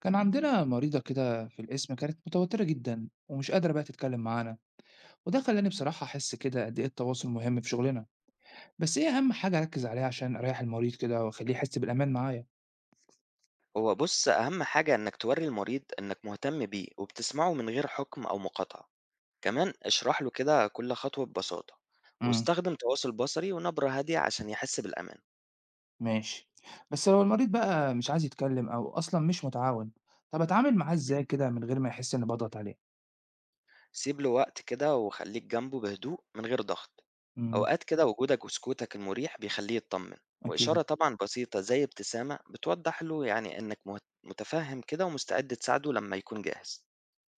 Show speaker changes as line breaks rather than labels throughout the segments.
كان عندنا مريضة كده في القسم، كانت متوترة جدا ومش قادرة بقى تتكلم معانا. وده خلاني بصراحة أحس كده قد إيه التواصل مهم في شغلنا. بس إيه أهم حاجة أركز عليها عشان أريح المريض كده وأخليه يحس بالأمان معايا؟
هو بُص، أهم حاجة إنّك تورّي المريض إنّك مهتم بيه وبتسمعه من غير حُكم أو مقاطعة، كمان اشرح له كده كل خطوة ببساطة،
امم
واستخدم تواصل بصري ونبرة هادية عشان يحس بالأمان،
ماشي. بس لو المريض بقى مش عايز يتكلم أو أصلا مش متعاون، طب أتعامل معاه إزاي كده من غير ما يحس إني بضغط عليه؟
سيب له وقت كده وخلّيك جنبه بهدوء من غير ضغط،
امم
أوقات كده وجودك وسكوتك المريح بيخلّيه يتطمن،
أكيد.
وإشارة طبعًا بسيطة زي ابتسامة بتوضّح له يعني إنّك مت متفهم كده ومستعد تساعده لمّا يكون جاهز،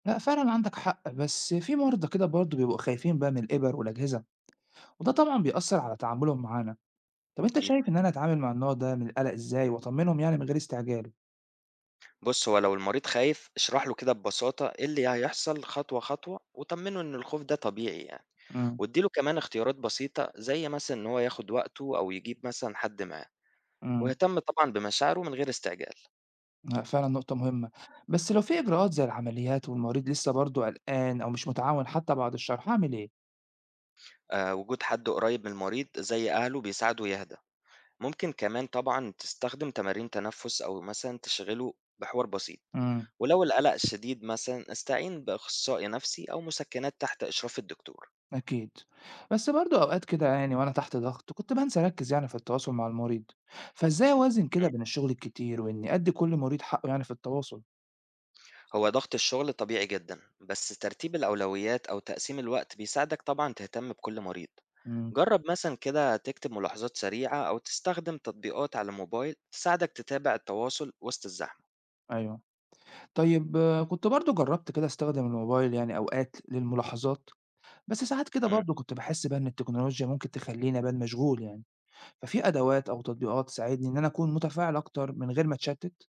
لا فعلا عندك حق، بس في مرضى كده برضه بيبقوا خايفين بقى من الإبر والأجهزة، وده طبعا بيأثر على تعاملهم معانا. طب أنت
أكيد.
شايف إن أنا أتعامل مع النوع ده من القلق إزاي وأطمنهم يعني من غير استعجال؟
بُص، هو لو المريض خايف، اشرح له كده ببساطة إيه اللي هيحصل خطوة، خطوة وطمّنه إن الخوف ده طبيعي يعني،
إمم،
وادّي له كمان اختيارات بسيطة زي مثلًا إن هو ياخد وقته أو يجيب مثلًا حد معاه،
إمم،
واهتم طبعًا بمشاعره من غير استعجال.
لأ فعلًا نقطة مهمة. بس لو في إجراءات زي العمليات والمريض لسه برضه قلقان أو مش متعاون حتى بعد الشرح، أعمل إيه؟
وجود حد قريب من المريض زي أهله بيساعده يهدى. ممكن كمان طبعًا تستخدم تمارين تنفُّس أو مثلًا تشغله بحوار بسيط.
إمم،
ولو القلق شديد مثلًا، استعين بأخصائي نفسي أو مسكنات تحت إشراف الدكتور.
أكيد. بس برضه أوقات كده يعني وأنا تحت ضغط كنت بانسى أركّز يعني في التواصل مع المريض، فإزاي أوازن كده بين الشغل الكتير وإني أدّي كل مريض حقه يعني في التواصل؟
هو ضغط الشغل طبيعي جدا، بس ترتيب الأولويات أو تقسيم الوقت بيساعدك طبعا تهتم بكل مريض.
إمم،
جرب مثلا كده تكتب ملاحظات سريعة أو تستخدم تطبيقات على الموبايل تساعدك تتابع التواصل وسط الزحمة.
أيوه، طيب آه، كنت برضه جرّبت كده أستخدم الموبايل يعني أوقات للملاحظات، بس ساعات كده
مم.
برضه كنت باحس بقى إن التكنولوجيا ممكن تخلّيني أبان مشغول يعني. ففي أدوات أو تطبيقات تساعدني إن أنا أكون متفاعل أكتر من غير ما أتشتت؟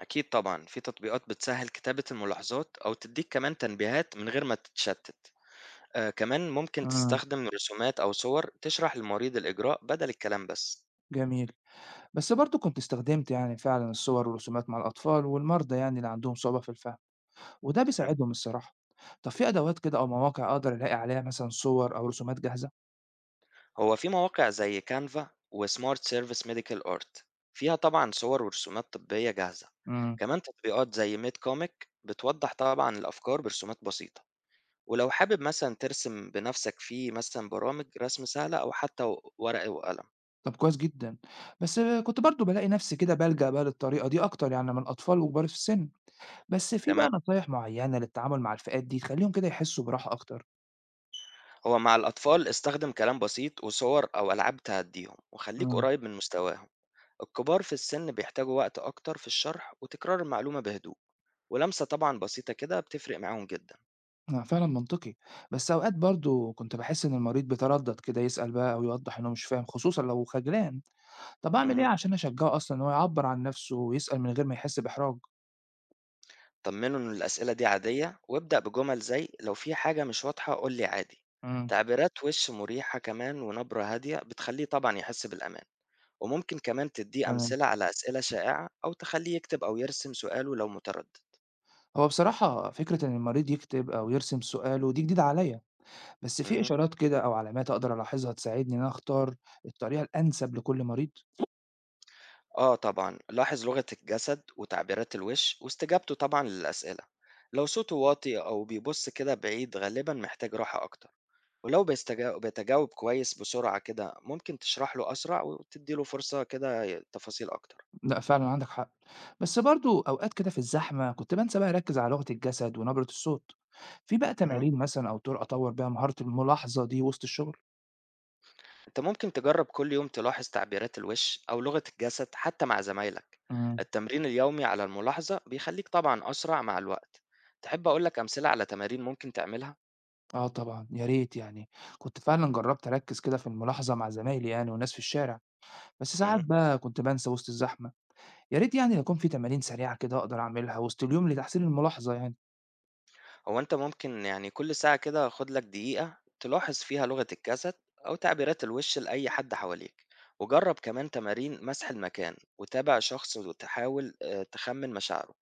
أكيد طبعا في تطبيقات بتسهل كتابة الملاحظات أو تديك كمان تنبيهات من غير ما تتشتت. آه، كمان ممكن
إمم،
تستخدم رسومات أو صور تشرح للمريض الإجراء بدل الكلام بس.
جميل. بس برضه كنت استخدمت يعني فعلًا الصور والرسومات مع الأطفال والمرضى يعني اللي عندهم صعوبة في الفهم، وده
تمام.
بيساعدهم الصراحة. طب في أدوات كده أو مواقع أقدر ألاقي عليها مثلًا صور أو رسومات جاهزة؟
هو في مواقع زي كانفا وسمارت سيرفيس ميديكال ارت فيها طبعا صور ورسومات طبية جاهزة.
إمم،
كمان تطبيقات زي ميد كوميك بتوضح طبعا الأفكار برسومات بسيطة. ولو حابب مثلا ترسم بنفسك في مثلا برامج رسم سهلة أو حتى ورق وقلم.
طب كويس جدًا. بس كنت برضه بالاقي نفسي كده بالجأ بقى للطريقة دي أكتر يعني من الأطفال وكبار في السن. بس في
تمام.
بقى نصايح معيّنة للتعامل مع الفئات دي تخلّيهم كده يحسّوا براحة أكتر؟
هو مع الأطفال استخدم كلام بسيط وصور أو ألعاب تهديهم وخليك
إمم.
قريب من مستواهم. الكبار في السن بيحتاجوا وقت أكتر في الشرح وتكرار المعلومة بهدوء، ولمسة طبعا بسيطة كده بتفرق معاهم جدا.
آه، فعلًا منطقي. بس أوقات برضه كنت باحس إن المريض بيتردّد كده يسأل بقى أو يوضّح إنه مش فاهم خصوصًا لو خجلان. طَب أعمل
مهم.
إيه عشان أشجّعه أصلًا إن هو يعبّر عن نَفْسه ويسأل من غير ما يحس بإحراج؟
طمنه إن الأسئلة دي عادية، وابدأ بجمل زي لو في حاجة مش واضحة قُل لي عادي،
إمم.
تعبيرات وِش مريحة كمان ونبرة هادية بتخلّيه طبعًا يحس بالأمان، وممكن كمان تدّيه
تمام.
أمثلة على أسئلة شائعة أو تخلّيه يكتب أو يرسم سؤاله لو متردد.
هو بصراحة فكرة إن المريض يكتب أو يرسم سؤاله دي جديدة عليّا. بس في
اهم،
إشارات كده أو علامات أقدر ألاحظها تساعدني إن أنا أختار الطريقة الأنسب لكل مريض؟
آه طبعًا، لاحظ لغة الجسد وتعبيرات الوِش واستجابته طبعًا للأسئلة، لو صوته واطي أو بيبُص كده بعيد غالبًا محتاج راحة أكتر. ولو بيستجا بيتجاوب كويس بسرعة كده ممكن تشرح له أسرع وتدي له فرصة كده تفاصيل أكتر.
لأ فعلًا عندك حق. بس برضه أوقات كده في الزحمة كنت بانسى بقى أركّز على لغة الجسد ونبرة الصوت. في بقى
مهم.
تمارين مثلًا أو طرق أطوّر بيها مهارة الملاحظة دي وسط الشغل؟
أنت ممكن تجرب كل يوم تلاحظ تعبيرات الوش أو لغة الجسد حتى مع زمايلك.
إمم،
التمرين اليومي على الملاحظة بيخليك طبعا أسرع مع الوقت. تحب أقولك أمثلة على تمارين ممكن تعملها؟
آه طبعًا، يا ريت يعني. كنت فعلًا جرّبت أركّز كده في الملاحظة مع زمايلي يعني والناس في الشارع، بس ساعات
مهم.
بقى كنت بانسى وسط الزحمة. يا ريت يعني لو يكون في تمارين سريعة كده أقدر أعملها وسط اليوم لتحسين الملاحظة يعني.
هو أنت ممكن يعني كل ساعة كده خد لك دقيقة تلاحظ فيها لغة الجسد أو تعبيرات الوش لأي حد حواليك. وجرب كمان تمارين مسح المكان وتابع شخص وتحاول تخمن مشاعره.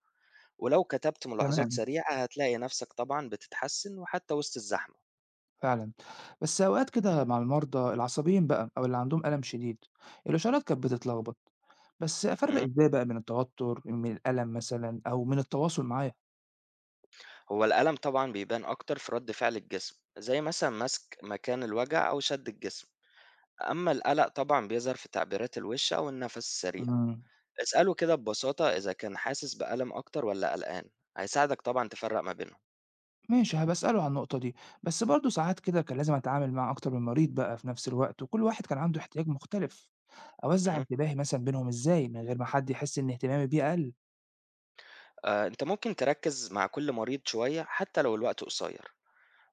ولو كتبت ملاحظات
تمام،
سريعة هتلاقي نفسك طبعا بتتحسن وحتى وسط الزحمة.
فعلًا. بس أوقات كده مع المرضى العصبيين بقى أو اللي عندهم ألم شديد، الإشارات كانت بتتلخبط. بس أفرّق
مم.
إزاي بقى بين التوتر، من الألم مثلًا أو من التواصل معاه؟
هو الألم طبعا بيبان أكتر في رد فعل الجسم زي مثلا مسك مكان الوجع أو شد الجسم، أما القلق طبعا بيظهر في تعبيرات الوش أو النفس السريع.
إمم،
اسأله كده ببساطة إذا كان حاسس بألم أكتر والّا قلقان، هيساعدك طبعًا تفرّق ما بينهم.
ماشي، هابقى أسأله على النقطة دي. بس برضه ساعات كده كان لازم أتعامل مع أكتر من مريض بقى في نفس الوقت، وكل واحد كان عنده احتياج مختلف. أوزّع
اهم،
انتباهي مثلًا بينهم إزاي من غير ما حد يحس إن اهتمامي بيه أقل؟
أنت ممكن تركّز مع كل مريض شوية حتى لو الوقت قصير،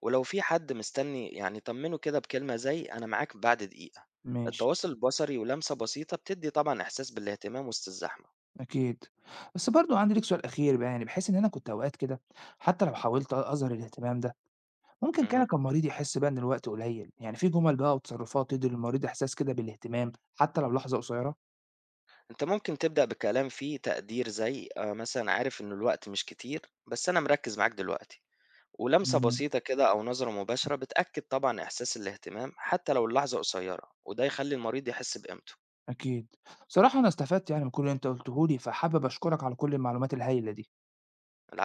ولو في حد مستني يعني طمّنه كده بكلمة زي أنا معاك بعد دقيقة،
ماشي،
التواصل البصري ولمسة بسيطة بتدّي طبعًا إحساس بالاهتمام وسط الزحمة.
أكيد. بس برضه عندي ليك سؤال أخير بقى يعني، بحيث إن أنا كنت أوقات كده حتى لو حاولت أظهر الاهتمام ده، ممكن
اهم،
كده كان مريض يحس بقى إن الوقت قليل. يعني في جمل بقى وتصرفات تدّي للمريض إحساس كده بالاهتمام حتى لو لحظة قصيرة؟
أنت ممكن تبدأ بكلام فيه تقدير زي مثلًا عارف إن الوقت مش كتير، بس أنا مركّز معاك دلوقتي. ولمسة
إمم.
بسيطة كده أو نظرة مباشرة بتأكد طبعا إحساس الاهتمام حتى لو اللحظة قصيرة، وده يخلي المريض يحس بقيمته.
أكيد. بصراحة أنا استفدت يعني من كل اللي أنت قُلته لي، فحابب أشكرك على كل المعلومات الهايلة دي.